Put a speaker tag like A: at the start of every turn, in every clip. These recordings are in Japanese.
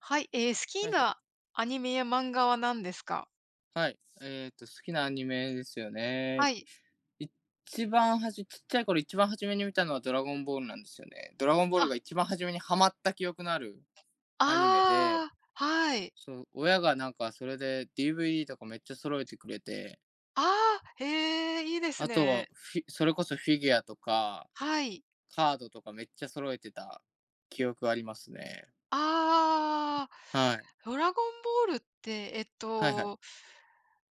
A: はい、好
B: は
A: き
B: いはい。
A: なアニメや漫画は何ですか？
B: はい。好きなアニメですよ
A: は
B: ね。
A: い。
B: 一番はじ、ちっちゃい頃一番初めに見たのはドラゴンボールなんですよね。ドラゴンボー
A: あ、
B: ルが一番初めにハマった記憶のあるアニメで、
A: ああ、はい。
B: そう親がなんかそれで DVD とかめっちゃ揃えてくれて、
A: ああ、へえ、いいです
B: あとは
A: ね。
B: フィそれこそフィギュアとか
A: はい。
B: カードとかめっちゃ揃えてた記憶ありますね。
A: ああ、
B: はい。
A: ドラゴンボールって、
B: はいはい。
A: と、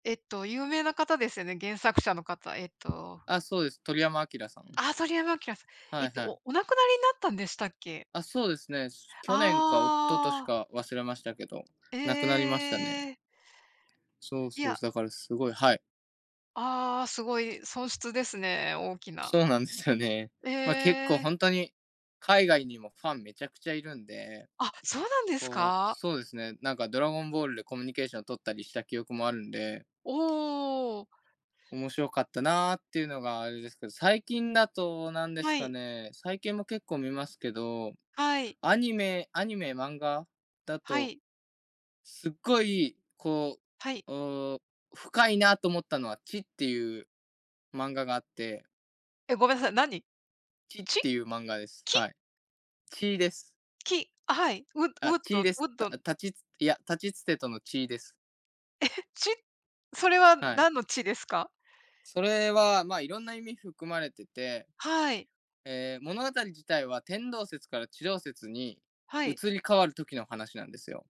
A: えっと、有名な方ですよね、原作者の方。
B: あ、そうです。鳥山明さん。
A: ああ、鳥山明さん。
B: はいはい。
A: おお亡くなりになったんでしたっけ？
B: あ、そうですね。去年か一昨年
A: ああ、
B: か忘れましたけど、亡くなり
A: え
B: ましたね。
A: え。
B: そう
A: い
B: そう、
A: や、
B: だからすごい、はい。
A: ああ、すごい損失ですね、大きな。
B: そうなんですよね。
A: え
B: ま、結構ほ
A: え。
B: んとに、海外にもファンめちゃくちゃいるんで、
A: あ、そうなんです
B: こう、
A: か？
B: そうですね、なんかドラゴンボールでコミュニケーション取ったりした記憶もあるんで、
A: おお。
B: 面白かったなっていうのがあれですけど、最近だと何です
A: は
B: か
A: い、
B: ね、最近も結構見ますけど、
A: はい、
B: アニメアニメ、漫画だ
A: は
B: と
A: い、
B: すっごい、こ
A: はい。
B: う、ー深いなと思ったのは、チっていう漫画があって、
A: え、ごめんなさい、何？
B: チっ
A: ち？
B: ていう漫画です。
A: き？
B: はい。血です。
A: き、あ、はい。うウッ
B: あ、
A: ドウ
B: 血
A: ッ
B: です。
A: ドえ、
B: たたちついや、たちつてとのチーです。
A: ち？それは
B: はい。
A: 何のちですか？
B: それは、まあ、いろんな意味含まれてて、
A: はい、
B: 物語自体は天動説から地動説に
A: はい。
B: 移り変わる時の話なんですよ。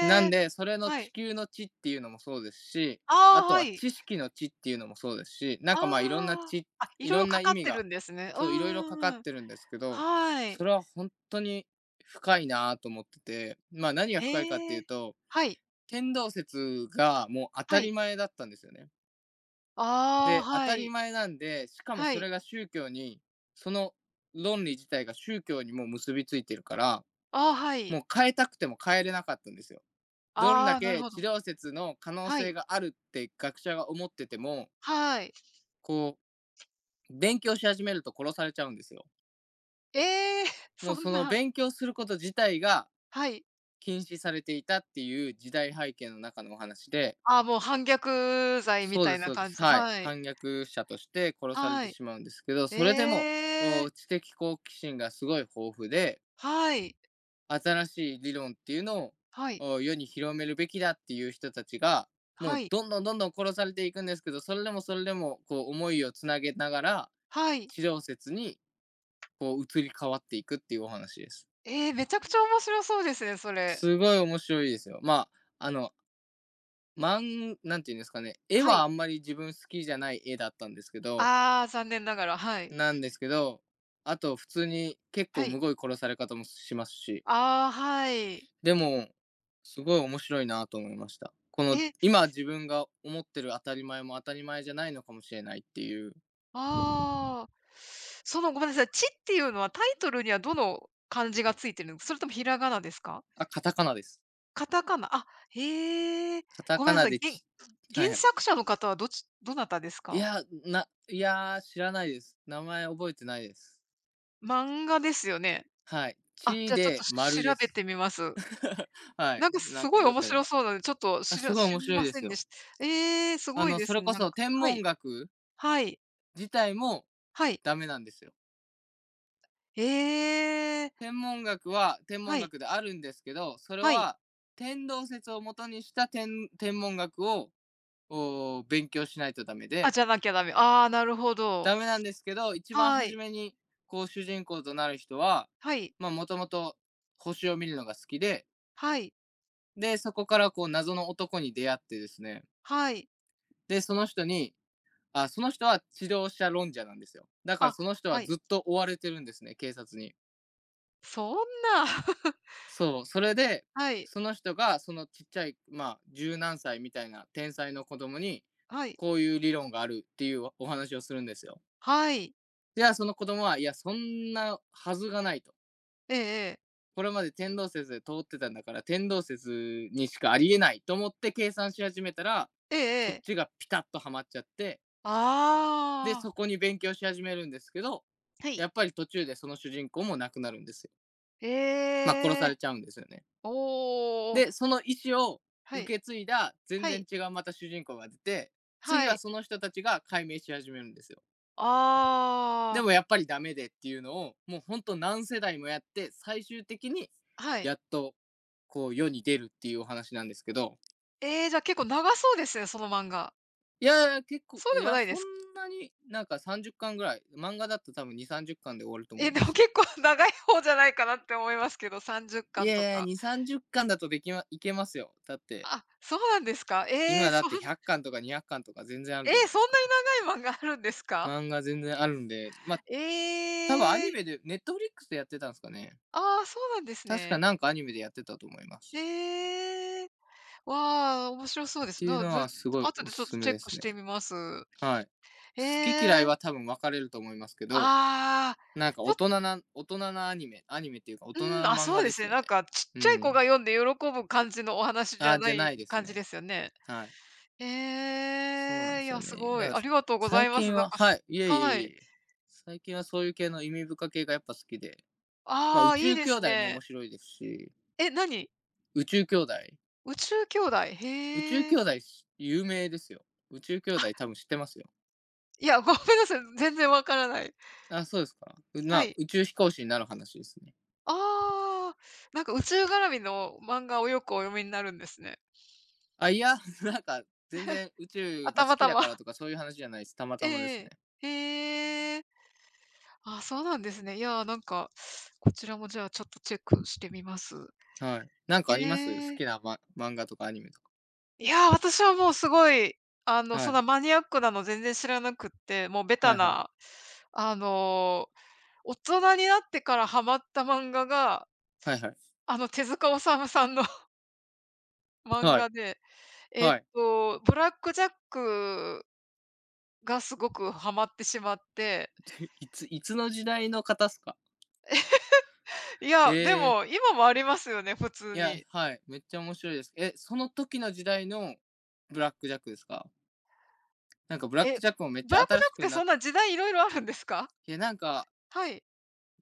B: な
A: え。
B: んで、それの
A: は
B: 地
A: い。
B: 球の地っていうのもそうですし、
A: あ
B: あ
A: あ、
B: と
A: は
B: は
A: い。
B: 知識の知っていうのもそうですし、なん
A: あ
B: かまあいろんな
A: あ。
B: 知、
A: あ、い
B: い
A: ろい
B: ろ
A: ろ
B: ん
A: か
B: な意
A: かっ
B: 味
A: て
B: が、
A: るんですね。うう
B: そういろいろか
A: ん
B: か
A: う
B: っ
A: ん。
B: てるんですけど、
A: はい。
B: それは本当に深いなぁと思ってて、まあ何が深いかって
A: へ
B: いう
A: え。
B: と、
A: はい、
B: 天動説がもう当た
A: は
B: り
A: い。
B: 前だったんですよね。
A: ああ、
B: で、当
A: は
B: たり
A: い、
B: 前なんで、しかも
A: は
B: そ
A: い。
B: れが宗教に、その論理自体が宗教にもう結びついてるから、
A: ああ、はい。
B: もう変えたくても変えれなかったんですよ。どん
A: あ
B: だ
A: あ、なる
B: け
A: ほ
B: 治
A: ど。
B: 療説の可能
A: は
B: 性
A: い、
B: があるって学者が思ってても
A: はい。
B: こう勉強し始めると殺されちゃうんですよ。
A: ええ！
B: もう
A: そ
B: そ
A: ん
B: の
A: な。
B: 勉強すること自体が
A: はい。
B: 禁止されていたっていう時代背景の中のお話で、
A: ああ、もう反逆罪み
B: そう
A: た
B: で
A: い
B: す
A: な
B: そうで
A: 感
B: す、
A: じ
B: はい、
A: はい。
B: 反逆者として殺され
A: は
B: て
A: い。
B: しまうんですけど、それでも
A: ええ。
B: 知的好奇心がすごい豊富で
A: はい。
B: 新しい理論っていうのを
A: はい。
B: 世に広めるべきだっていう人たちが、も
A: は
B: う
A: い。
B: どんどんどんどん殺されていくんですけど、それでもそれでもこう思いをつなげながら、
A: はい。
B: 地動説にこう移り変わっていくっていうお話です。
A: ええ、めちゃくちゃ面白そうですね、それ。
B: すごい面白いですよ。まあ、あの、なんていうんですかね、絵
A: は
B: は
A: い。
B: あんまり自分好きじゃない絵だったんですけど
A: ああ、残念ながら、はい。
B: なんですけど、あと普通に結
A: は
B: 構
A: い。
B: むごい殺され方もしますし。
A: ああ、はい。
B: でも、すごい面白いなと思いました。この、
A: え、
B: 今自分が思ってる当たり前も当たり前じゃないのかもしれないっていう。
A: ああ。その、ごめんなさい、「ち」っていうのはタイトルにはどの漢字がついてるんそれともひらがなですか？
B: あ、カタカナです。
A: カタカナ、あ、へえ。
B: カタ
A: ごめ
B: カ
A: んなさ
B: ナ
A: い、
B: で
A: 原
B: ち。は
A: 原
B: いはい。
A: 作者の方はどちどなたですか？
B: いや、知らないです。名前覚えてないです。
A: 漫画ですよね。
B: はい。
A: あ、
B: ち
A: じゃあちょっと
B: で丸で
A: 調べ
B: す。
A: てみます。
B: はい。
A: なんか
B: な
A: す
B: んか
A: ごい
B: 良
A: 面
B: けれ
A: 白
B: ば。
A: そうなので、ちょっと
B: あ、
A: し
B: す
A: ら
B: ごい
A: 知
B: 面
A: り
B: 白い
A: ま
B: で
A: せ
B: す
A: んで
B: よ。
A: したええ、す
B: あ
A: ごい
B: の、
A: で
B: そ
A: す
B: れ
A: ね、
B: こ
A: なん
B: そ
A: か。
B: 天
A: は
B: 文
A: い、
B: 学
A: はい、
B: 自体も
A: はい。
B: ダメなんですよ。
A: ええ、
B: 天文学は天文
A: はい、
B: 学であるんですけど、それ
A: はい。
B: は天動説を元にした天文学を勉強しないとダメ
A: あ、
B: で、
A: じゃなきゃダメ。ああ、なるほど。
B: ダメなんですけど、一番
A: は
B: 初
A: い、
B: めにこう主人公となる人は、
A: はい、
B: まあもともと星を見るのが好きで、
A: はい、
B: で、そこからこう謎の男に出会ってですね、
A: はい。
B: で、その人に、あ、その人は治療者論者なんですよ。だから
A: あ、
B: その人
A: は
B: は
A: い。
B: ずっと追われてるんですね、警察に。
A: そんな。
B: そう、それで、
A: はい、
B: その人がそのちっちゃい、まあ、十何歳みたいな天才の子供に、
A: はい、
B: こういう理論があるっていうお話をするんですよ。
A: はい。
B: じゃあその子供は、いや、そんなはずがないと。
A: ええええ、
B: これまで天動説で通ってたんだから、天動説にしかありえないと思って計算し始めたら、
A: ええ
B: そっ
A: ええ。
B: ちがピタッとはまっちゃって、で、
A: ああ。
B: そこに勉強し始めるんですけど、
A: はい。
B: やっぱり途中でその主人公も亡くなるんですよ。
A: え
B: まあ、殺さ
A: え。
B: れちゃうんですよね。
A: おお。
B: で、その意思を
A: はい。
B: 受け継いだ全
A: は
B: 然
A: い。
B: 違うまた主人公が出て、
A: は
B: 次は
A: い。
B: その人たちが解明し始めるんですよ。で
A: ああ、
B: もやっぱりダメでっていうのを、もうほんと何世代もやって、最終的に
A: はい。
B: やっとこう世に出るっていうお話なんですけど、
A: ええ、じゃあ結構長そうですね、その漫画。
B: いやいや、結構、
A: そう
B: い
A: でも
B: や、
A: ないで
B: そん
A: す？
B: なになんか30巻ぐらい、漫画だと多分2、30巻で終わると思
A: え、
B: い
A: で
B: ま
A: も
B: す。
A: 結構 長い方じゃないかなって思いますけど、30
B: い
A: 巻
B: やい
A: と
B: や、
A: か。
B: 2、30巻だとできま、いけますよ。だって、
A: あ、そうなんですか。
B: 今だって100巻とか200巻とか全然ある
A: え
B: じゃ
A: え、
B: ない
A: そ
B: で
A: ん
B: すか。
A: なに長い漫画あるんですか？
B: 漫画全然あるんで、まあ多分アニ
A: ええ。
B: メで、ネットフリックスでやってたんですかね。
A: ああ、そうなんです
B: 確か
A: ね。
B: なんかアニメでやってたと思います。
A: ええ。わあ、面白そうで
B: っ
A: す。
B: ていう
A: な
B: の
A: ず
B: はすごい
A: 後
B: お
A: でちょっ
B: す
A: と
B: すめ
A: チェッ
B: で
A: ク
B: す
A: し
B: ね。
A: てみます。
B: はい。
A: へ
B: 好き嫌い
A: え。
B: は多分分かれると思いますけど、
A: ああ、
B: なんか
A: ちょ
B: 大人なアニメっていうか大人
A: うん、
B: な
A: あ、
B: 漫
A: そ
B: 画
A: うで
B: で
A: す
B: す
A: ね。
B: よね。
A: なんかちっ
B: う
A: ちゃい子が
B: ん。
A: 読んで喜ぶ感じのお話じゃ
B: あ、
A: な
B: じゃな
A: い
B: いです
A: 感じ
B: ね。
A: ですよね。
B: はい。
A: え
B: そうなんで
A: え、い
B: すよ
A: や、す
B: ね。
A: ご
B: だか
A: い。
B: ら、
A: ありがとうござ
B: 最
A: います。
B: 近ははい、いえいえ
A: は
B: いえい
A: い。
B: え。最近はそういう系の意味深系がやっぱ好きで、ま、
A: あ
B: 宇
A: あ、いい
B: 宙
A: で
B: 兄
A: す
B: 弟も面
A: ね。
B: 白いですし、
A: え、何？
B: 宇宙兄弟
A: 宇宙兄弟、
B: 宇宙
A: へえ。
B: 兄弟有名ですよ。宇宙兄弟多分知ってますよ。
A: いや、ごめんなさい、全然わからない。
B: あ、そうですか。
A: はい。
B: 宇宙飛行士になる話ですね。
A: ああ、なんか宇宙絡みの漫画をよくお読みになるんですね。
B: あ、いや、なんか全然宇
A: あ、
B: 宙が
A: た
B: 好
A: ま
B: き
A: た
B: だ
A: ま。
B: から とかそういう話じゃないです。たま
A: え
B: たまです
A: え
B: ね。
A: え。へえ。あ、そうなんですね。いやー、なんか、こちらもじゃあちょっとチェックしてみます。
B: はい。なん
A: え
B: かあります好
A: え。
B: きな、ま、漫画とかアニメとか。
A: いやー、私はもうすごい、
B: は
A: そん
B: い。
A: なマニアックなの全然知らなくって、もうベタ
B: はいはい。
A: な、あの、大人になってからハマった漫画が、
B: はいはい。
A: 手塚治虫さんの 漫
B: は
A: 画
B: い。
A: で、
B: はい。
A: ブラックジャックがすごくハマってしまって、
B: いつの時代の方っすか。
A: い
B: え
A: や、で
B: ー、
A: も今もありますよね、普通
B: いや、
A: に。
B: はい。めっちゃ面白いです。え、その時の時代のブラックジャックですか。なんかブラッ
A: え、
B: クジャックもめっち
A: ブラ
B: ゃ
A: ックジ
B: 新
A: ャッ
B: し
A: クっ
B: く
A: て
B: な
A: そ
B: っ
A: ん
B: て、
A: な時代いろいろあるんですか？
B: いやなんか
A: はい、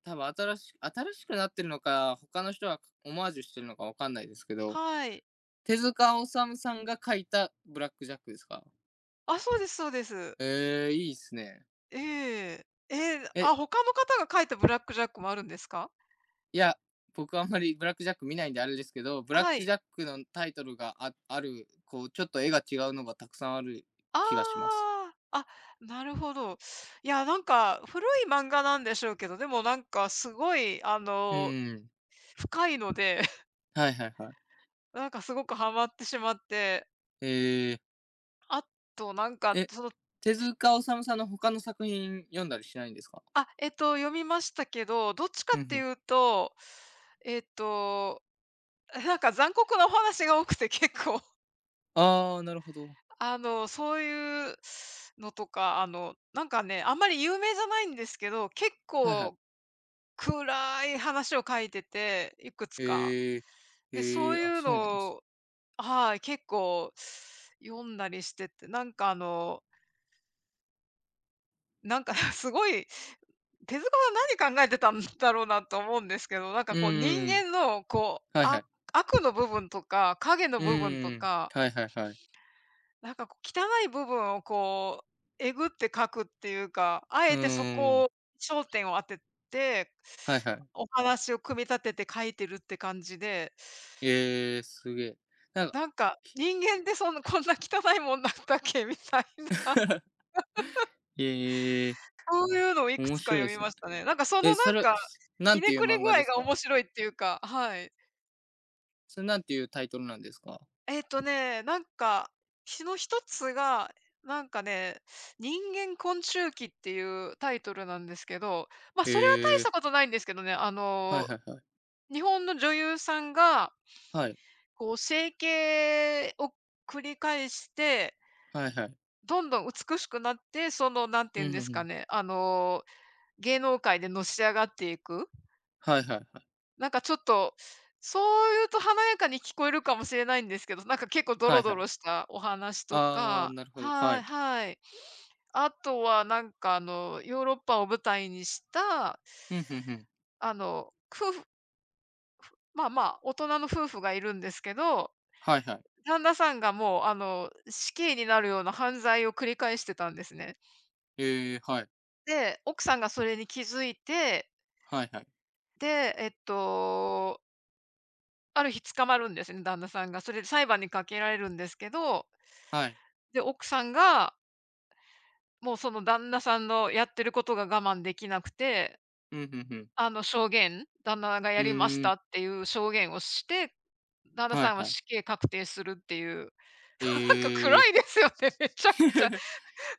B: 多分新しくなってるのか、他の人がオマージュしてるのかわかんないですけど、
A: はい。
B: 手塚治虫さんが書いたブラックジャックですか。
A: あ、そうですそうです。
B: いいっすね。
A: ええ。ええ、
B: え、
A: あ、他の方が書いたブラックジャックもあるんですか？
B: いや、僕あんまりブラックジャック見ないんであれですけど、ブラッ
A: は
B: ク
A: い。
B: ジャックのタイトルがある、こう、ちょっと絵が違うのがたくさんある気がします。
A: ああ、あ、なるほど。いや、なんか古い漫画なんでしょうけど、でもなんかすごいあ
B: う
A: の、
B: ーん。
A: 深いので、
B: はいはいはい。
A: なんかすごくハマってしまって、
B: えー、
A: あとなんか
B: え、
A: その
B: 手塚治虫さんの他の作品読んだりしないんですか。
A: あ、読みましたけど、どっちか
B: うんう
A: って
B: ん。
A: いうと、えっと、なんか残酷なお話が多くて結構
B: あー、なるほど。
A: あの、そういうのとか、あの、なんかね、あんまり有名じゃないんですけど、結
B: はいは
A: 構
B: い。
A: 暗い話を書いてて、いくつか。
B: へえ。
A: で、
B: へ
A: そう
B: え、
A: い
B: あ、
A: う
B: そうなんで
A: の
B: す。
A: を、はい、結構読んだりしてて、なんかあの、なんか すごい、手塚さん何考えてたんだろうなと思うんですけど、なんか
B: うん
A: こう人
B: ん
A: 間のこう、
B: はいは
A: あ
B: い。
A: 悪の部分とか影の
B: う
A: 部分と
B: んん
A: か
B: はいはいはい。
A: なんかこう、汚い部分をこう、えぐって書くっていうか、あ
B: うん
A: えてそ
B: ん
A: こ
B: ん。
A: を焦点を当てて、
B: はいはい。
A: お話を組み立てて書いてるって感じで、
B: ええ、すげえ。なんか、
A: なんか、人間ってそんなこんな汚いもんなんだっけみたいな、
B: ええ、
A: そういうのをいく
B: 面
A: つか
B: 白いで
A: 読み
B: すね。
A: ましたね。なんかそ
B: え、
A: のな
B: そ
A: ん
B: れ、
A: か、
B: す、な
A: ひ
B: んて
A: ね
B: いう
A: くれ具
B: 漫画で
A: 合
B: す
A: が
B: か？
A: 面白いっていうか、はい。
B: それなんていうタイトルなんですか？
A: なんか、ひの一つが、なんかね、人間昆虫記っていうタイトルなんですけど、まあ、それは大
B: へ
A: し
B: え、
A: たことないんですけどね、
B: はいはいはい。
A: 日本の女優さんが、
B: はい。
A: こう整形を繰り返して、
B: はいはい。
A: どんどん美しくなって、その、なんて
B: う
A: 言うん
B: ん、
A: で
B: ふん
A: す
B: ふ
A: か
B: ん。
A: ね、芸能界でのし上がっていく。
B: はいはいはい。
A: なんかちょっと、そう言うと華やかに聞こえるかもしれないんですけど、なんか結構ド
B: は
A: ロ
B: い
A: ド
B: はい。
A: ロしたお話と
B: ああ、
A: か
B: なるほど、は
A: はい
B: い。
A: はい。あとはなんかあの、ヨーロッパを舞台にした、
B: うん、ふんふん。
A: 夫婦まあまあ、大人の夫婦がいるんですけど、
B: はいはい。
A: 旦那さんがもうあの、死刑になるような犯罪を繰り返してたんですね。
B: ええ、はい。
A: で、奥さんがそれに気づいて、
B: はいはい。
A: で、ある日捕まるんですね、旦那さんが。それで裁判にかけられるんですけど
B: はい。
A: で、奥さんが、もうその旦那さんのやってることが我慢できなくて、
B: うん、ふんふん。
A: あの証言、旦那が
B: う
A: やりまし
B: ーん、
A: たっていう証言をして、旦那
B: は
A: さ
B: い
A: んは
B: はい。
A: 死刑確定するっていう。なんか暗
B: ええ。
A: いですよね、めちゃくちゃ。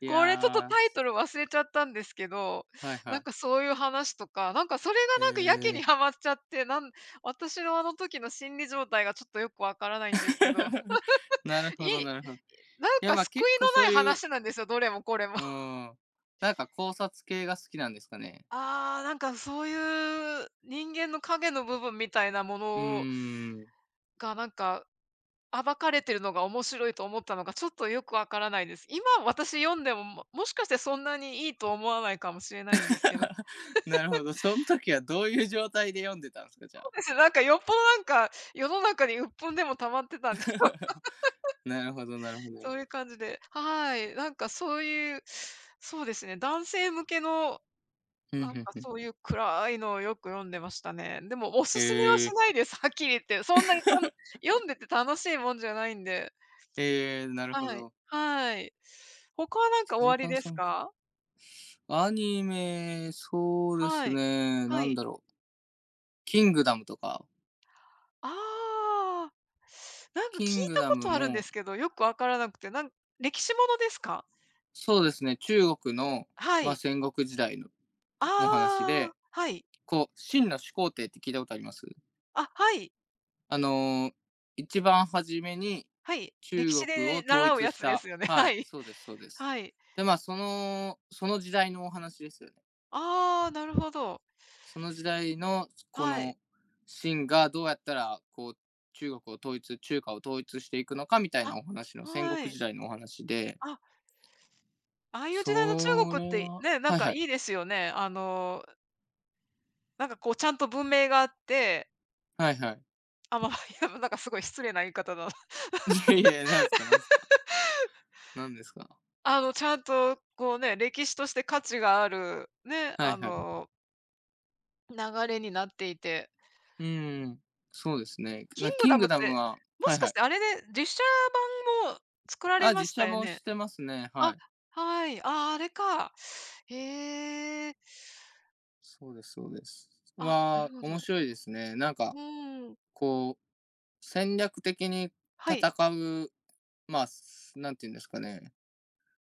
B: い
A: これちょっと
B: やー、
A: タイトル忘れちゃったんですけど、
B: はい
A: なん
B: は
A: かそういう話とか、なんかそれ
B: い。
A: が
B: へ
A: なんかやけ
B: え
A: にハマっちゃって、なん私のあの時の心理状態がちょっとよくわからな
B: ー。
A: いんですけど、
B: なる
A: い
B: ほど、
A: い
B: なるほど。い
A: なん
B: や、
A: か
B: ま、あ
A: 救い
B: 結構
A: の
B: そ
A: ない
B: ういう、
A: 話なんですよ、どれもこれも。
B: うん、なんか考察系が好きなんですかね？
A: ああ、なんかそういう人間の影の部分みたいなも
B: う
A: の
B: ーん。
A: が、なんか暴かれてるのが面白いと思ったのが、ちょっとよくわからないです。今私読んでも、ももしかしてそんなにいいと思わないかもしれないんですけど、
B: なるほど、その時はどういう状態で読んでたんです
A: そう
B: か？じゃあ。
A: ですね、なんかよっぽどなんか、世の中に鬱憤でも溜まってたんで、
B: なるほど、なるほ
A: そ
B: ど。
A: ういう感じで、はい、なんかそういう、そうですね、男性向けの
B: ふん
A: な
B: ふ
A: ん
B: ん
A: か
B: ふん。
A: そういう暗いのをよく読んでましたね。でもお
B: へ
A: すすめは
B: え
A: しな
B: ー。
A: いです、はっきり言って。そんなにたの読んでて楽しいもんじゃないんで。
B: ええ、なるほ
A: はい。
B: ど。
A: はい。他はなん
B: 手
A: かおあり
B: 塚
A: で
B: さ
A: す
B: ん、
A: か？
B: アニメ、そうで
A: は
B: す
A: い。
B: ね、
A: は
B: なん
A: い。
B: だろう、キングダムとか、
A: ああ。なんか聞い
B: キング
A: た
B: ダ
A: こ
B: ム
A: とあるんで
B: も
A: すけど、よくわからなくて、なん歴史ものですか？
B: そうですね、中国の、
A: は
B: まあ、
A: い。
B: 戦国時代の
A: あ
B: お話
A: あ、
B: で、
A: はい。
B: こう、秦の始皇帝って聞いたことあります
A: あ、はい。
B: あのー一番初めに
A: はい。歴
B: 中
A: 史
B: 国
A: で
B: を統
A: 習う
B: 一
A: や
B: し
A: つで
B: た、
A: すよね。
B: は
A: は
B: い、
A: い。
B: そうです、そうです。
A: はい。
B: で、まあ、その、その時代のお話ですよね。
A: ああ、なるほど。
B: その時代の、こ
A: はい。
B: の、秦がどうやったら、こう、中国を統一、中華を統一していくのかみたい
A: あ、
B: なお話の戦
A: は
B: 国
A: い。
B: 時代のお話で、
A: あ、ああいう時代の中
B: そ
A: 国っ
B: れ
A: て、
B: は、
A: ね、なん
B: はい
A: か
B: は
A: い
B: い、
A: いですよね。なんかこうちゃんと文明があって、
B: はいはい。
A: あ、まあ、いや、なんかすごい失礼な言い方だな。
B: いやいや、なんすか、なんすか。何ですか
A: ちゃんとこうね、歴史として価値がある、ね、
B: はいはい。
A: 流れになっていて。
B: うん。そうですね。
A: キ
B: な
A: ング
B: キ
A: ダ
B: ン
A: ム
B: グ
A: っ
B: ダム
A: て、
B: は、
A: も
B: は
A: し
B: い
A: か
B: は
A: し
B: い。
A: てあれで実写版も作られ
B: あ、
A: まし
B: 実
A: た
B: 写
A: よ
B: も
A: ね？
B: してますね。は
A: あ、
B: い。
A: はい。ああ、れか。へえ。
B: そうです、そうです。
A: あ、な
B: は、
A: るほ
B: 面
A: ど。
B: 白いですね。なんか、
A: うん。
B: こう、戦略的に
A: はい。
B: 戦う、まあ、すなんて言うんですかね、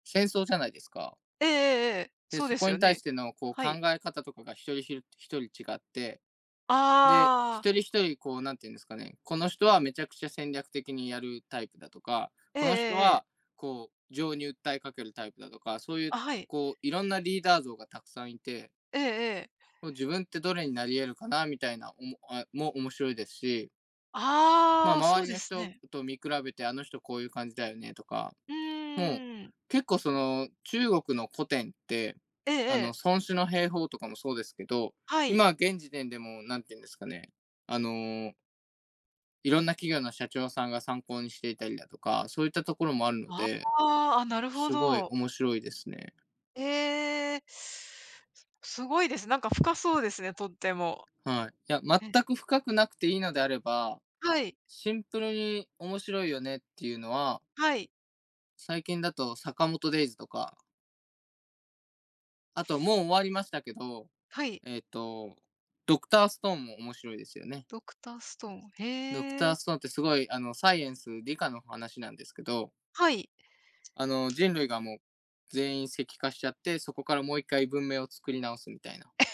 B: 戦争じゃないですか。
A: ええええええ。
B: で、
A: そうで
B: そ
A: す
B: こ
A: よ
B: に対
A: ね。
B: してのこう
A: は
B: 考
A: い。
B: え方とかが一人一人違ってで、
A: あ
B: 一
A: あ、
B: 人一人、こう、なんていうんですかね、この人はめちゃくちゃ戦略的にやるタイプだとか、
A: ええ
B: こ
A: え
B: の人
A: えええ。
B: は、こう、情に訴えかけるタイプだとか、そういう、
A: あ、はい。
B: こう、いろんなリーダー像がたくさんいて、
A: ええええ。
B: もう自分ってどれになり得るかな、みたいなおも、あも面白いですし、まあ、
A: ああ、そう
B: 周り
A: で
B: の
A: す
B: 人
A: ね。
B: と見比べて、あの人こういう感じだよね、とか、
A: う
B: もう、
A: ーん。
B: 結構その、中国の古典って、
A: ええ
B: あの、
A: ええ。
B: 孫子の兵法とかもそうですけど、
A: はい。
B: 今現時点でも、なんていうんですかね、あのーいろんな企業の社長さんが参考にしていたりだとか、そういったところもあるの
A: あ
B: で、
A: あ、あ、なるほ
B: すごい
A: ど。
B: 面白いですね。
A: ええ。すごいです。なんか深そうですね、とっても。
B: はい。いや、
A: え、
B: 全く深くなくていいのであれば、
A: はい、
B: シンプルに面白いよねっていうのは、
A: はい、
B: 最近だと坂本デイズとか、あともう終わりましたけど、
A: はい。
B: えっ、と、ドクターストーンも面白いですよね。
A: ドクターストーン、
B: ドク
A: へ
B: ター
A: え。
B: ストーンってすごい、あの、サイエンス、理科の話なんですけど、
A: はい。
B: あの、人類がもう全員石化しちゃって、そこからもう一回文明を作り直すみたいな。
A: え、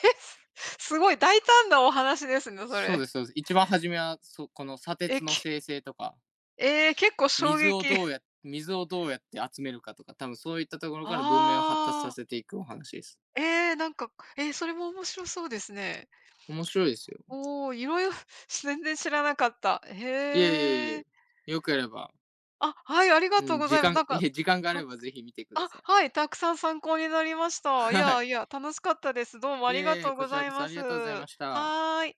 A: す ごい大胆なお話ですね、そ
B: そう
A: れ。
B: です、そうです。一番初めは、そこの砂
A: え、
B: 鉄の
A: け
B: 生成とか、
A: ええ、結構衝
B: 水を
A: 撃。
B: どうや水をどうやって集めるかとか、多分そういったところから文明を発達
A: あ
B: さ
A: あ、
B: せていくお話です。
A: ええ、なんか、ええ、それも面白そうですね。
B: 面白いですよ。
A: おお、いろいろ 全然知らなかった。
B: いえいえ
A: へ
B: い
A: え。
B: え、よくやれば、
A: あ、はい、ありが
B: う
A: とう
B: ん、
A: ござ
B: 時
A: います。
B: 間、
A: なんか、
B: いえ、時間があ
A: た
B: ればぜひ見てくだ
A: あ、
B: さい。
A: はい、たくさん参考になりまし た。い
B: は
A: や
B: い。
A: いや、楽しかったです。どうもあ
B: い
A: りが
B: えい
A: と
B: え、
A: う
B: こ
A: ご
B: ち
A: ざ
B: ら
A: い
B: こそ
A: ま
B: あり
A: す。
B: がとうござい
A: は
B: ました。
A: ーい。